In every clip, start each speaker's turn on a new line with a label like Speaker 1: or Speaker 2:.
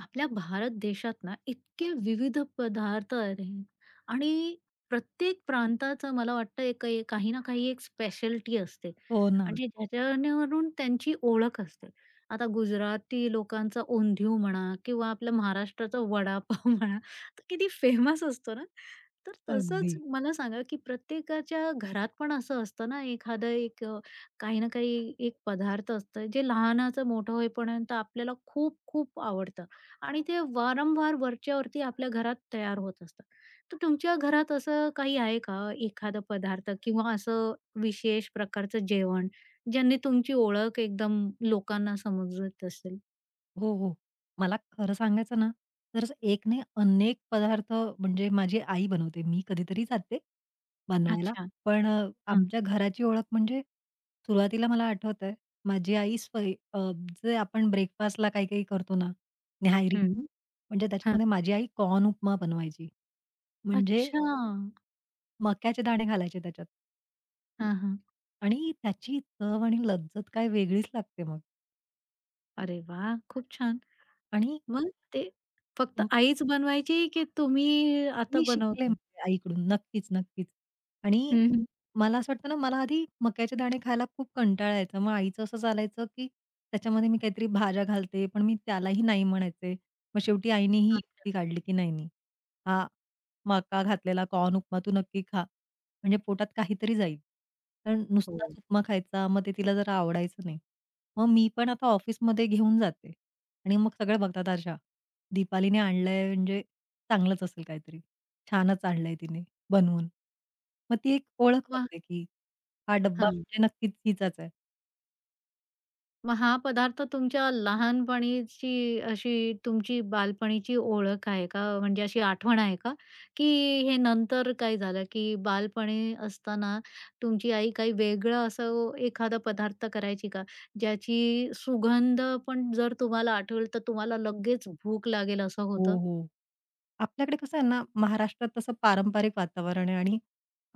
Speaker 1: आपल्या भारत देशात ना इतके विविध पदार्थ आहेत आणि प्रत्येक प्रांताचं मला वाटतं एक एक- काही ना काही एक स्पेशलिटी असते
Speaker 2: हो ना.
Speaker 1: आणि ज्याच्यावरून त्यांची ओळख असते. आता गुजराती लोकांचा ओंधिव म्हणा किंवा आपल्या महाराष्ट्राचा वडापाव म्हणा, तर किती फेमस असतो ना. तर
Speaker 2: अगदी.
Speaker 1: तसंच मला सांगा की प्रत्येकाच्या घरात पण असं असतं ना एखादं काही ना काही एक पदार्थ असतं जे लहानाचं मोठं होईपर्यंत आपल्याला खूप खूप आवडतं आणि ते वारंवार वरच्यावरती आपल्या घरात तयार होत असतात. तर तुमच्या घरात असं काही आहे का, एखादा पदार्थ किंवा असं विशेष प्रकारचं जेवण, ज्यांनी तुमची ओळख एकदम लोकांना समजत असेल?
Speaker 2: हो, हो. मला खरं सांगायचं ना, तर एक नाही अनेक पदार्थ म्हणजे माझी आई बनवते. मी कधीतरी जाते बनवायला.
Speaker 1: अच्छा.
Speaker 2: पण
Speaker 1: हां.
Speaker 2: आमच्या घराची ओळख म्हणजे सुरुवातीला मला आठवतंय माझी आई जे आपण ब्रेकफास्टला काही-काही करतो ना, न्याहारी
Speaker 1: हं.
Speaker 2: म्हणजे
Speaker 1: हां.
Speaker 2: त्याच्यामध्ये माझी आई कॉर्न उपमा बनवायची. म्हणजे
Speaker 1: अच्छा.
Speaker 2: मक्याचे दाणे घालायचे त्याच्यात
Speaker 1: हां, हां.
Speaker 2: आणि त्याची चव आणि लज्जत काय वेगळीच लागते मग.
Speaker 1: अरे वाह! खूप छान.
Speaker 2: आणि
Speaker 1: मग ते फक्त आईच बनवायची की तुम्ही आता
Speaker 2: मी शिकले
Speaker 1: बनवता?
Speaker 2: म्हणजे आईकडून. नक्कीच, नक्कीच. आणि
Speaker 1: हं, हं.
Speaker 2: मला असं वाटतं ना, मला आधी मक्याचे दाणे खायला खूप कंटाळा यायचा. मग आईचं असं चालायचं, की त्याच्यामध्ये मी काहीतरी भाज्या घालते, पण मी त्यालाही नाही म्हणायचे. मग शेवटी आईने ही
Speaker 1: अच्छा.
Speaker 2: युक्ती काढली, की "नाही, नाही. हा मका घातलेला कॉर्न उपमा तू नक्की खा. म्हणजे पोटात काहीतरी जाईल." कारण नुसताच
Speaker 1: हो.
Speaker 2: उपमा खायचा, मग ते तिला जरा आवडायचं नाही. मग मी पण आता ऑफिसमध्ये घेऊन जाते आणि मग सगळे बघतात, "अच्छा, दीपालीने आणलंय म्हणजे चांगलंच असेल काहीतरी." छानच आणलंय तिने बनवून. मग ती एक ओळख
Speaker 1: वाह!
Speaker 2: असते, की हा डब्बा
Speaker 1: हां.
Speaker 2: म्हणजे नक्कीच हिचाच आहे.
Speaker 1: मग हा पदार्थ तुमच्या लहानपणीची अशी तुमची बालपणीची ओळख आहे का? म्हणजे अशी आठवण आहे का? की हे नंतर काय झालं, की बालपणी असताना तुमची आई काही वेगळं असं एखादा पदार्थ करायची का? ज्याची सुगंध पण जर तुम्हाला आठवेल, तर तुम्हाला लगेच भूक लागेल असं
Speaker 2: हो,
Speaker 1: होतं?
Speaker 2: हो. आपल्याकडे कसं आहे ना, महाराष्ट्रात तसं पारंपरिक वातावरण आहे आणि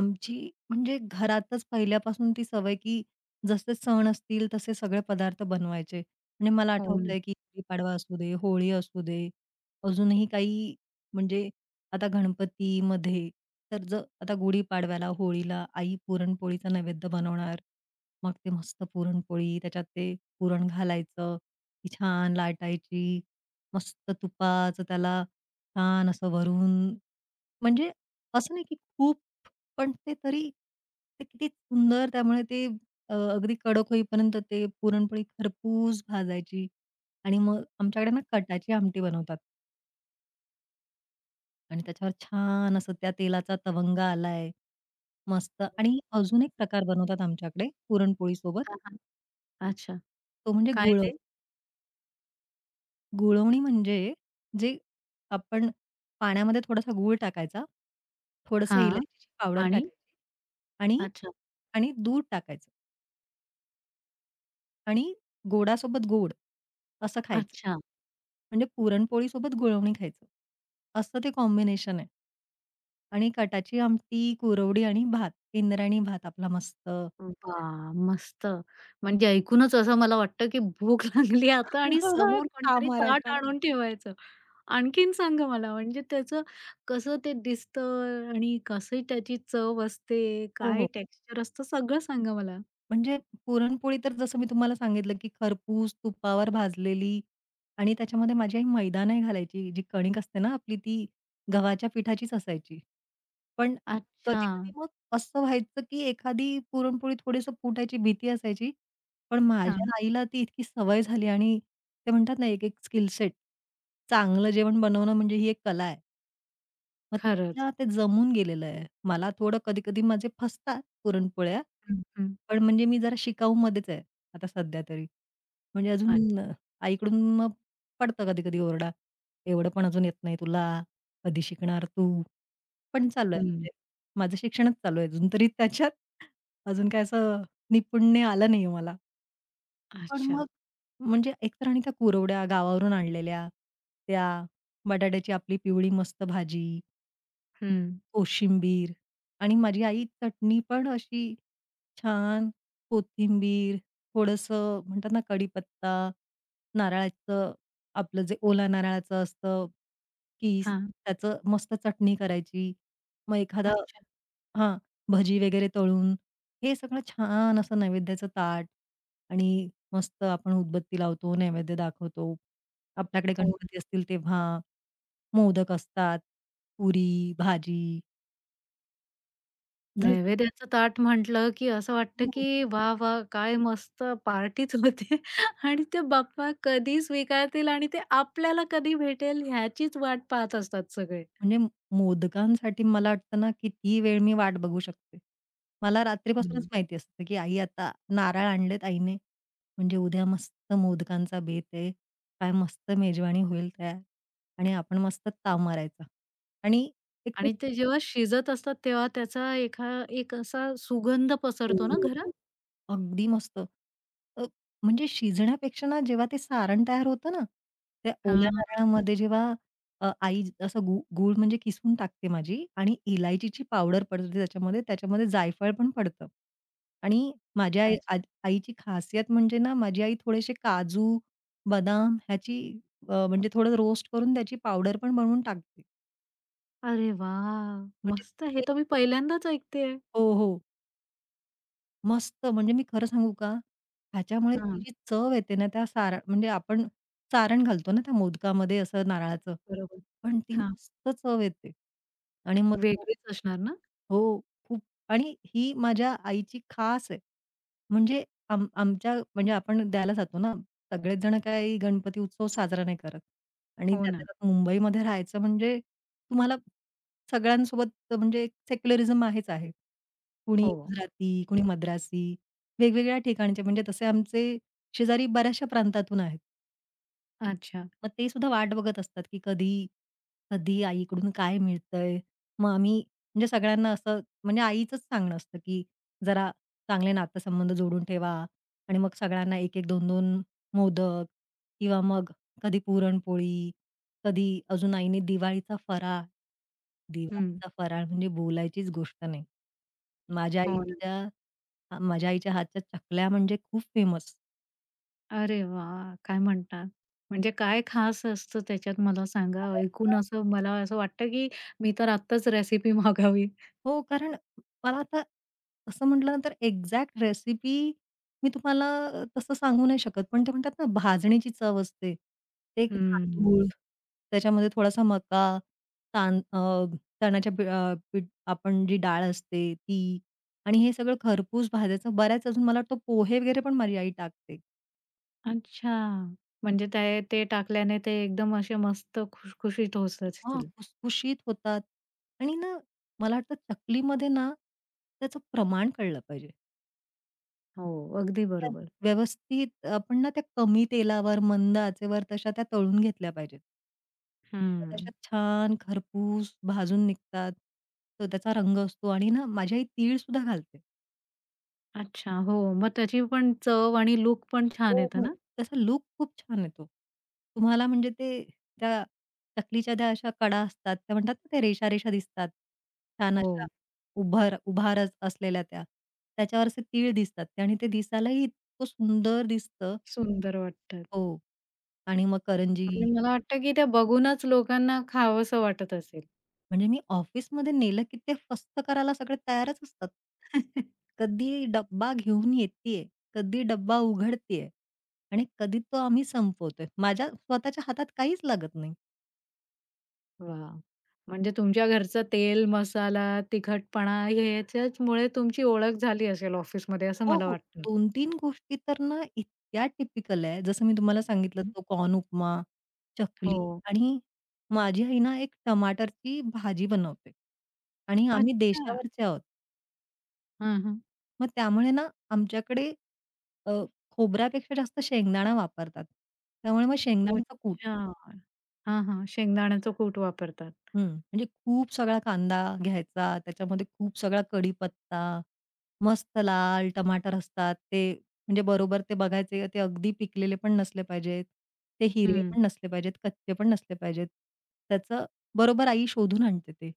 Speaker 2: आमची म्हणजे घरातच पहिल्यापासून ती सवय, की जसे सण असतील तसे सगळे पदार्थ बनवायचे. आणि मला
Speaker 1: हो ना.
Speaker 2: आठवतंय, की गुढीपाडवा असू दे, होळी असू दे, अजूनही काही म्हणजे आता गणपतीमध्ये तर जर आता गुढीपाडव्याला, होळीला आई पुरणपोळीचा नैवेद्य बनवणार. मग ते मस्त पुरणपोळी, त्याच्यात ते पुरण घालायचं, ती छान लाटायची, मस्त तुपाचं त्याला छान असं वरून म्हणजे असं नाही की खूप, पण ते तरी ते किती सुंदर त्यामुळे ते अगदी कडक होईपर्यंत ते पुरणपोळी खरपूस भाजायची आणि मग आमच्याकडे ना कटाची आमटी बनवतात आणि त्याच्यावर छान असं त्या तेलाचा तवंगा आलाय. मस्त आणि अजून एक प्रकार बनवतात आमच्याकडे पुरणपोळीसोबत
Speaker 1: हां, हां. अच्छा.
Speaker 2: तो म्हणजे
Speaker 1: काय ते?
Speaker 2: गुळवणी म्हणजे जे आपण पाण्यामध्ये थोडासा गूळ टाकायचा, थोडंसं
Speaker 1: हां.
Speaker 2: इलायचीची पावडर
Speaker 1: आणि?
Speaker 2: टाकायची आणि
Speaker 1: अच्छा.
Speaker 2: आणि दूध टाकायचं आणि गोडासोबत गोड असं खायचं.
Speaker 1: अच्छा.
Speaker 2: म्हणजे पुरणपोळीसोबत गुळवणी खायचं. असं ते कॉम्बिनेशन आहे. आणि कटाची आमटी, कुरवडी आणि भात, इंद्रायणी भात आपला मस्त.
Speaker 1: वा, मस्त. म्हणजे ऐकूनच असं मला वाटतं, की भूक लागली आता आणि समोर
Speaker 2: थाप
Speaker 1: कोणतरी ताट
Speaker 2: मारायचा.
Speaker 1: आणून ठेवायचं. आणखीन सांगा मला म्हणजे त्याचं कसं ते दिसतं आणि कशी त्याची चव असते, काय
Speaker 2: हो,
Speaker 1: टेक्स्चर असतं, सगळं सांगा मला?
Speaker 2: म्हणजे पुरणपोळी तर जसं मी तुम्हाला सांगितलं, की खरपूस तुपावर भाजलेली आणि त्याच्यामध्ये माझी आई मैदा नाही घालायची. जी कणिक असते ना आपली ती गव्हाच्या पिठाचीच असायची. पण
Speaker 1: अच्छा.
Speaker 2: कधी-कधी मग असं व्हायचं, की एखादी पुरणपोळी थोडीसं फुटायची भीती असायची. पण
Speaker 1: हां.
Speaker 2: माझ्या आईला ती इतकी सवय झाली आणि ते म्हणतात ना, एक-एक स्किल सेट. चांगलं जेवण बनवणं म्हणजे ही एक कला आहे. मग ते
Speaker 1: खरंच.
Speaker 2: तिला ते जमून गेलेलं आहे. मला थोडं कधी-कधी माझे फसतात पुरणपोळ्या.
Speaker 1: हं, हं.
Speaker 2: पण म्हणजे मी जरा शिकाऊमध्येच आहे आता सध्या तरी. म्हणजे
Speaker 1: अच्छा.
Speaker 2: अजून आईकडून मग पडतं कधी-कधी ओरडा. एवढं पण अजून येत नाही तुला, कधी शिकणार तू? पण चालू आहे
Speaker 1: हं.
Speaker 2: म्हणजे माझं शिक्षणच चालू आहे अजून तरी त्याच्यात. अजून काय असं निपुण्य आलं नाहीये मला. पण
Speaker 1: अच्छा.
Speaker 2: मग म्हणजे एकतर आणि त्या कुरवड्या गावावरून आणलेल्या, त्या बटाट्याची आपली पिवळी मस्त भाजी.
Speaker 1: हं.
Speaker 2: कोशिंबीर आणि माझी आई चटणी पण अशी छान कोथिंबीर, थोडंसं म्हणतात ना कढीपत्ता, नारळाचं आपलं जे ओला नारळाचं असतं किस,
Speaker 1: हां.
Speaker 2: त्याचं मस्त चटणी करायची. मग एखादा
Speaker 1: अच्छा.
Speaker 2: हां, भजी वगैरे तळून हे सगळं छान असं नैवेद्याचं ताट आणि मस्त आपण उदबत्ती लावतो, नैवेद्य दाखवतो. आपल्याकडे
Speaker 1: हो.
Speaker 2: गणपती असतील तेव्हा मोदक असतात, पुरी, भाजी. जसं
Speaker 1: नैवेद्याचं ताट म्हटलं, की असं वाटतं,
Speaker 2: हो,
Speaker 1: की वाह, वाह! काय मस्त पार्टीच होते आणि ते बाप्पा कधी स्वीकारतील आणि ते आपल्याला कधी भेटेल ह्याचीच वाट पाहत असतात सगळे.
Speaker 2: म्हणजे मोदकांसाठी मला वाटतं ना, किती वेळ मी वाट बघू शकते. मला
Speaker 1: हो
Speaker 2: रात्रीपासूनच
Speaker 1: ना.
Speaker 2: माहिती असतं, की आई आता नारळ आणलेत आईने, म्हणजे उद्या मस्त मोदकांचा बेत आहे. काय मस्त मेजवानी होईल तयार आणि आपण मस्त ताव मारायचा आणि एक
Speaker 1: आणि ते जेव्हा शिजत असतात तेव्हा त्याचा एक असा सुगंध पसरतो ना
Speaker 2: तो
Speaker 1: घरात.
Speaker 2: अगदी मस्त. अ, म्हणजे शिजण्यापेक्षा ना जेव्हा ते सारण तयार होतं ना, त्या ओल्या
Speaker 1: हां,
Speaker 2: नारळामध्ये जेव्हा आई असं गूळ गूळ म्हणजे किसून टाकते माझी आणि इलायचीची पावडर पडते त्याच्यामध्ये, त्याच्यामध्ये जायफळ पण पडतं. आणि माझ्या आई आ
Speaker 1: अच्छा.
Speaker 2: आईची खासियत म्हणजे ना माझी आई थोडेसे काजू, बदाम ह्याची म्हणजे थोडं रोस्ट करून त्याची पावडर पण बनवून टाकते.
Speaker 1: अरे वाह!
Speaker 2: म्हणजे
Speaker 1: मस्त, हे
Speaker 2: ते
Speaker 1: तर मी पहिल्यांदाच ऐकतेय.
Speaker 2: हो, हो. मस्त म्हणजे मी खरं सांगू का? ह्याच्यामुळे ती
Speaker 1: हां.
Speaker 2: जी चव येते ना त्या सारण म्हणजे आपण सारण घालतो ना त्या मोदकामध्ये असं नारळाचं.
Speaker 1: बरोबर.
Speaker 2: पण ती
Speaker 1: हां,
Speaker 2: मस्त चव येते. आणि मग तो
Speaker 1: वेगळीच असणार ना?
Speaker 2: हो, खूप आणि ही माझ्या आईची खास आहे. म्हणजे आमच्या म्हणजे आपण द्यायला जातो ना, सगळेच जण काही गणपती उत्सव साजरा नाही करत. आणि
Speaker 1: हो
Speaker 2: त्यातल्या
Speaker 1: ना.
Speaker 2: त्यात मुंबईमध्ये राहायचं म्हणजे तुम्हाला सगळ्यांसोबत म्हणजे सेक्युलरिझम आहेच आहे. कुणी
Speaker 1: हो.
Speaker 2: गुजराती, कुणी मद्रासी, वेगवेगळ्या ठिकाणचे म्हणजे तसे आमचे शेजारी बऱ्याचशा प्रांतातून आहेत.
Speaker 1: अच्छा.
Speaker 2: मग ते सुद्धा वाट बघत असतात, की कधी आईकडून काय मिळतंय? मग आम्ही म्हणजे सगळ्यांना असं म्हणजे आईचंच सांगणं असतं, की "जरा चांगले नातेसंबंध जोडून ठेवा" आणि मग सगळ्यांना 1 2-2 मोदक किंवा मग कधी पुरणपोळी, कधी अजून आईने दिवाळीचा फराळ.
Speaker 1: हं.
Speaker 2: दिवाळीचा फराळ म्हणजे बोलायचीच गोष्ट नाही. माझ्या
Speaker 1: हो ना.
Speaker 2: आईच्या माझ्या आईच्या हातच्या चकल्या म्हणजे खूप फेमस.
Speaker 1: अरे वा, काय म्हणता? म्हणजे काय खास असतं त्याच्यात मला सांगा? ऐकून असं मला असं वाटतं, की मी तर आत्ताच रेसिपी मागावी.
Speaker 2: हो, कारण मला आता तसं म्हटलं तर एक्झॅक्ट रेसिपी मी तुम्हाला तसं सांगू नाही शकत. पण ते म्हणतात ना, भाजणीची चव असते. ते एक
Speaker 1: हं.
Speaker 2: तांदूळ, त्याच्यामध्ये थोडासा मका, तां अ, चण्याच्या पीठ आपण जी डाळ असते ती आणि हे सगळं खरपूस भाजायचं. बऱ्याच अजून मला वाटतं पोहे वगैरे पण माझी आई टाकते.
Speaker 1: अच्छा. म्हणजे ते ते टाकल्याने ते एकदम असे मस्त खुशखुशीत होत
Speaker 2: हां,
Speaker 1: असतील.
Speaker 2: खुसखुशीत होतात आणि ना, मला वाटतं चकलीमध्ये ना, त्याचं प्रमाण कळलं पाहिजे.
Speaker 1: हो, अगदी
Speaker 2: त्या
Speaker 1: बरोबर.
Speaker 2: व्यवस्थित आपण ना त्या कमी तेलावर, मंद आचेवर तशा त्या तळून घेतल्या पाहिजेत. मग तशा
Speaker 1: हं.
Speaker 2: छान खरपूस भाजून निघतात. तो त्याचा रंग असतो आणि ना माझी आई तीळसुद्धा घालते.
Speaker 1: अच्छा. हो, मग त्याची पण चव आणि लूक पण छान
Speaker 2: हो,
Speaker 1: येतं
Speaker 2: हो.
Speaker 1: ना?
Speaker 2: त्याचा लूक खूप छान येतो. तुम्हाला म्हणजे ते त्या चकलीच्या त्या अशा कडा असतात, त्या म्हणतात ना त्या रेषा-रेषा दिसतात. छान अशा
Speaker 1: हो.
Speaker 2: उभार उभार असलेल्या त्या. त्याच्यावर असे तीळ दिसतात आणि ते दिसायलाही इतकं सुंदर दिसतं.
Speaker 1: सुंदर वाटतात.
Speaker 2: हो. आणि मग करंजी
Speaker 1: आणि मला वाटतं, की ते बघूनच लोकांना खावंसं वाटत असेल.
Speaker 2: म्हणजे मी ऑफिसमध्ये नेलं की ते फस्त करायला सगळे तयारच असतात. कधी डब्बा घेऊन येतीये, कधी डब्बा उघडतीये आणि कधी तो आम्ही संपवतोय. माझ्या स्वतःच्या हातात काहीच लागत नाही.
Speaker 1: वाह! म्हणजे तुमच्या घरचं तेल, मसाला, तिखटपणा ह्याच्याचमुळे तुमची ओळख झाली असेल ऑफिसमध्ये असं
Speaker 2: हो,
Speaker 1: मला
Speaker 2: हो.
Speaker 1: वाटतं.
Speaker 2: 2-3 गोष्टी तर ना इतक्या टिपिकल आहे. जसं मी तुम्हाला सांगितलं
Speaker 1: हं.
Speaker 2: तो कॉर्न उपमा, चकली
Speaker 1: हो.
Speaker 2: आणि माझी आई ना एक टमाटरची भाजी बनवते आणि आम्ही
Speaker 1: अच्छा.
Speaker 2: देशावरचे आहोत.
Speaker 1: हं, हं.
Speaker 2: मग त्यामुळे ना आमच्याकडे अ, खोबऱ्यापेक्षा जास्त शेंगदाणा वापरतात. त्यामुळे मग हं.
Speaker 1: हो.
Speaker 2: शेंगदाण्याचा कूट.
Speaker 1: अच्छा. हां, हां. शेंगदाण्याचं कूट वापरतात.
Speaker 2: हं, म्हणजे खूप सगळा कांदा घ्यायचा, त्याच्यामध्ये खूप सगळा कढीपत्ता, मस्त लाल टमाटर असतात ते म्हणजे बरोबर ते बघायचे ते अगदी पिकलेले पण नसले पाहिजेत, ते हिरवे
Speaker 1: हं.
Speaker 2: पण नसले पाहिजेत, कच्चे पण नसले पाहिजेत. त्याचं बरोबर आई शोधून आणते ते.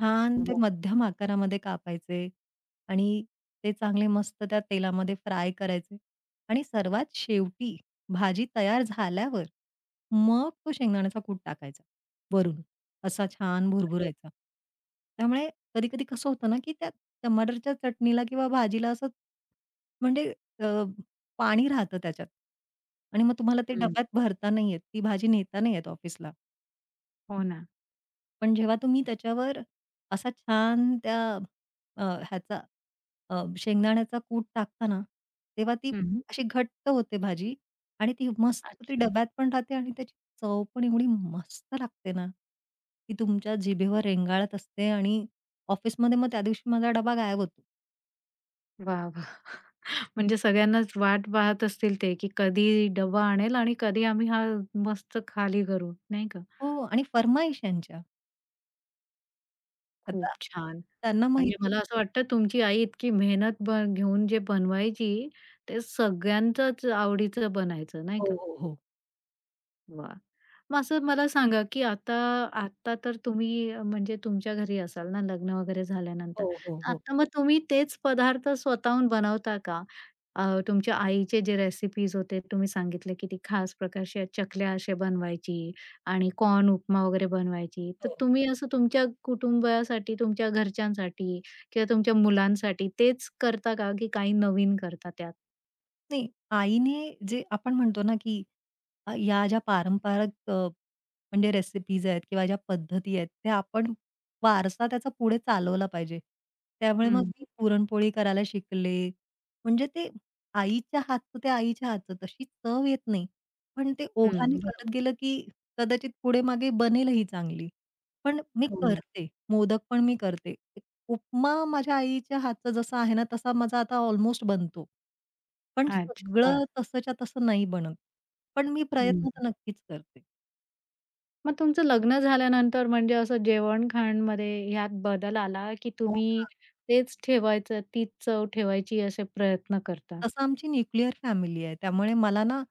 Speaker 2: छान ते
Speaker 1: बापरे!
Speaker 2: मध्यम आकारामध्ये कापायचे आणि ते चांगले मस्त त्या तेलामध्ये फ्राय करायचे आणि सर्वात शेवटी भाजी तयार झाल्यावर मग तो शेंगदाण्याचा कूट टाकायचा वरून. असा छान भुरभुरायचा. त्यामुळे कधी-कधी कसं होतं ना, की त्या टमाटरच्या चटणीला किंवा भाजीला असं म्हणजे अ, पाणी राहतं त्याच्यात आणि मग तुम्हाला ते हं.
Speaker 1: हं.
Speaker 2: डब्यात भरता नाही येत. ती भाजी नेता नाही येत ऑफिसला.
Speaker 1: हो ना.
Speaker 2: पण जेव्हा तुम्ही त्याच्यावर असा छान त्या अ, ह्याचा शेंगदाण्याचा कूट टाकता ना, तेव्हा ती
Speaker 1: हं.
Speaker 2: अशी घट्ट होते भाजी आणि ती मस्त ती
Speaker 1: अच्छा.
Speaker 2: डब्यात पण राहते आणि त्याची चव पण एवढी मस्त लागते ना, ती तुमच्या जिभेवर रेंगाळत असते आणि ऑफिसमध्ये मग त्या दिवशी माझा डबा गायब होतो.
Speaker 1: वाह, वाह! म्हणजे सगळ्यांनाच वाट पाहत असतील ते, की कधी डब्बा आणेल आणि कधी आम्ही हा मस्त खाली करू, नाही का?
Speaker 2: हो आणि फर्माईश यांच्या.
Speaker 1: खूप
Speaker 2: आता
Speaker 1: छान.
Speaker 2: त्यांना
Speaker 1: आणि
Speaker 2: माहिती
Speaker 1: मला असं वाटतं तुमची आई इतकी मेहनत घेऊन जे बनवायची, ते सगळ्यांचंच आवडीचं बनायचं, नाही
Speaker 2: हो,
Speaker 1: का?
Speaker 2: हो, हो.
Speaker 1: वाह! मग असं मला सांगा, की आता आता तर तुम्ही म्हणजे तुमच्या घरी असाल ना लग्न वगैरे झाल्यानंतर.
Speaker 2: हो, हो, हो.
Speaker 1: आता मग तुम्ही तेच पदार्थ स्वतःहून बनवता का? अ, तुमच्या आईचे जे रेसिपीज होते तुम्ही सांगितले, की ती खास प्रकारच्या चकल्या अशा बनवायची आणि कॉर्न उपमा वगैरे बनवायची. तर
Speaker 2: हो.
Speaker 1: तुम्ही असं तुमच्या कुटुंबासाठी, तुमच्या घरच्यांसाठी किंवा तुमच्या मुलांसाठी तेच करता का, की काही नवीन करता त्यात?
Speaker 2: नाही, आईने जे आपण म्हणतो ना, की या ज्या पारंपरिक म्हणजे रेसिपीज आहेत किंवा ज्या पद्धती आहेत, त्या आपण वारसा त्याचा पुढे चालवला पाहिजे. त्यामुळे मग
Speaker 1: हं,
Speaker 2: मी पुरणपोळी करायला शिकले. म्हणजे ते आईच्या हातचं ते आईच्या हातचं तशी चव येत नाही. पण ते
Speaker 1: हं.
Speaker 2: ओघाने
Speaker 1: बरोबर.
Speaker 2: करत गेलं, की कदाचित पुढे मागे बनेलही चांगली. पण मी
Speaker 1: हो ना.
Speaker 2: करते. मोदक पण मी करते. उपमा माझ्या आईच्या हातचा जसा आहे ना, तसा माझा आता ऑलमोस्ट बनतो. पण
Speaker 1: अच्छा. वाह!
Speaker 2: सगळं तसंच्या तसं नाही बनत. पण मी प्रयत्न तर नक्कीच करते.
Speaker 1: मग तुमचं लग्न झाल्यानंतर म्हणजे असं जेवण-खाणमध्ये ह्यात बदल आला, की
Speaker 2: हो
Speaker 1: तुम्ही
Speaker 2: ना.
Speaker 1: तेच ठेवायचं, तीच चव ठेवायची असे प्रयत्न करता?
Speaker 2: तसं आमची न्यूक्लिअर फॅमिली आहे. त्यामुळे मला ना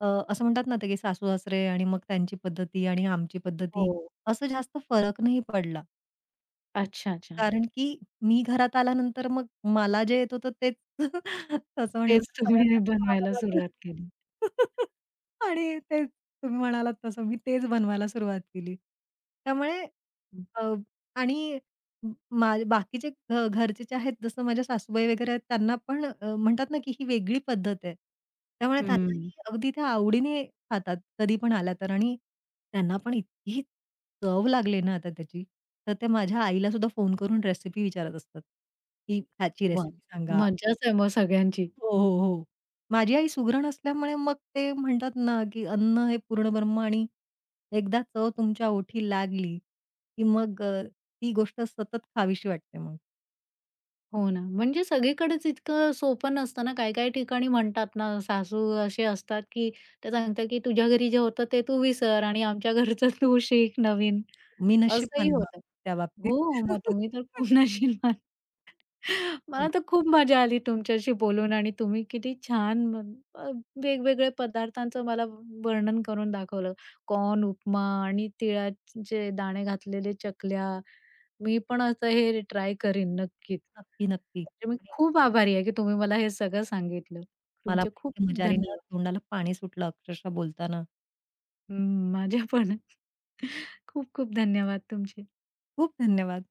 Speaker 2: अ, असं म्हणतात ना, ते की सासू-सासरे आणि मग त्यांची पद्धती आणि आमची पद्धती
Speaker 1: हो.
Speaker 2: असं जास्त फरक नाही पडला.
Speaker 1: अच्छा, अच्छा.
Speaker 2: कारण की मी घरात आल्यानंतर मग मला जे येत होतं तेच तसं म्हटलं
Speaker 1: तेच
Speaker 2: तर
Speaker 1: तुम्ही
Speaker 2: सगळ्यांनाच खावं
Speaker 1: बनवायला
Speaker 2: लागलं.
Speaker 1: सुरुवात केली.
Speaker 2: आणि तेच तुम्ही म्हणालात तसं मी तेच बनवायला सुरुवात केली. त्यामुळे
Speaker 1: हं,
Speaker 2: अ, आणि म- मा बाकीचे घरचे जे आहेत जसं माझ्या सासूबाई वगैरे आहेत त्यांना पण म्हणतात ना, की ही वेगळी पद्धत आहे. त्यामुळे
Speaker 1: हं.
Speaker 2: त्यांनाही अगदी त्या आवडीने खातात, कधी पण आल्या तर आणि त्यांना पण ही चव लागली ना आता त्याची, तर त्या माझ्या आईला सुद्धा फोन करून रेसिपी विचारत असतात, की ह्याची
Speaker 1: वाह!
Speaker 2: रेसिपी सांगा.
Speaker 1: मज्जाच आहे मग सगळ्यांची.
Speaker 2: हो, हो, हो. माझी आई सुगरण असल्यामुळे मग ते म्हणतात ना, की अन्न हे पूर्ण ब्रह्म आणि एकदा चव तुमच्या ओठी लागली, की मग ती गोष्ट सतत खावीशी वाटते मग.
Speaker 1: हो ना. म्हणजे सगळीकडेच इतकं सोपं नसतं ना. काही-काही ठिकाणी म्हणतात ना, सासू असे असतात, की ते सांगतात, की "तुझ्या घरी जे होतं ते तू विसर आणि आमच्या घरचं तू शिक नवीन."
Speaker 2: मी नशीबवान
Speaker 1: असंही
Speaker 2: आहे मग
Speaker 1: होतं.
Speaker 2: त्या बाबतीत.
Speaker 1: हो, मग तुम्ही तर खूप नशीबवान. मला
Speaker 2: हो,
Speaker 1: तर खूप मजा आली तुमच्याशी बोलून आणि तुम्ही किती छान अ, वेगवेगळे पदार्थांचं मला वर्णन करून दाखवलं. कॉर्न, उपमा आणि तिळाचे दाणे घातलेले चकल्या. मी पण असं हे ट्राय करीन नक्कीच.
Speaker 2: नक्की, नक्की.
Speaker 1: म्हणजे मी
Speaker 2: आणि
Speaker 1: खूप आभारी आहे, की तुम्ही मला हे सगळं सांगितलं.
Speaker 2: मला
Speaker 1: तुमचे
Speaker 2: पण
Speaker 1: खूप
Speaker 2: इतकी
Speaker 1: खूप
Speaker 2: मजा आली ना,
Speaker 1: धन्यवाद.
Speaker 2: तोंडाला पाणी सुटलं अक्षरशः बोलताना.
Speaker 1: हं, माझ्या पण. खूप खूप धन्यवाद तुमचे.
Speaker 2: खूप धन्यवाद.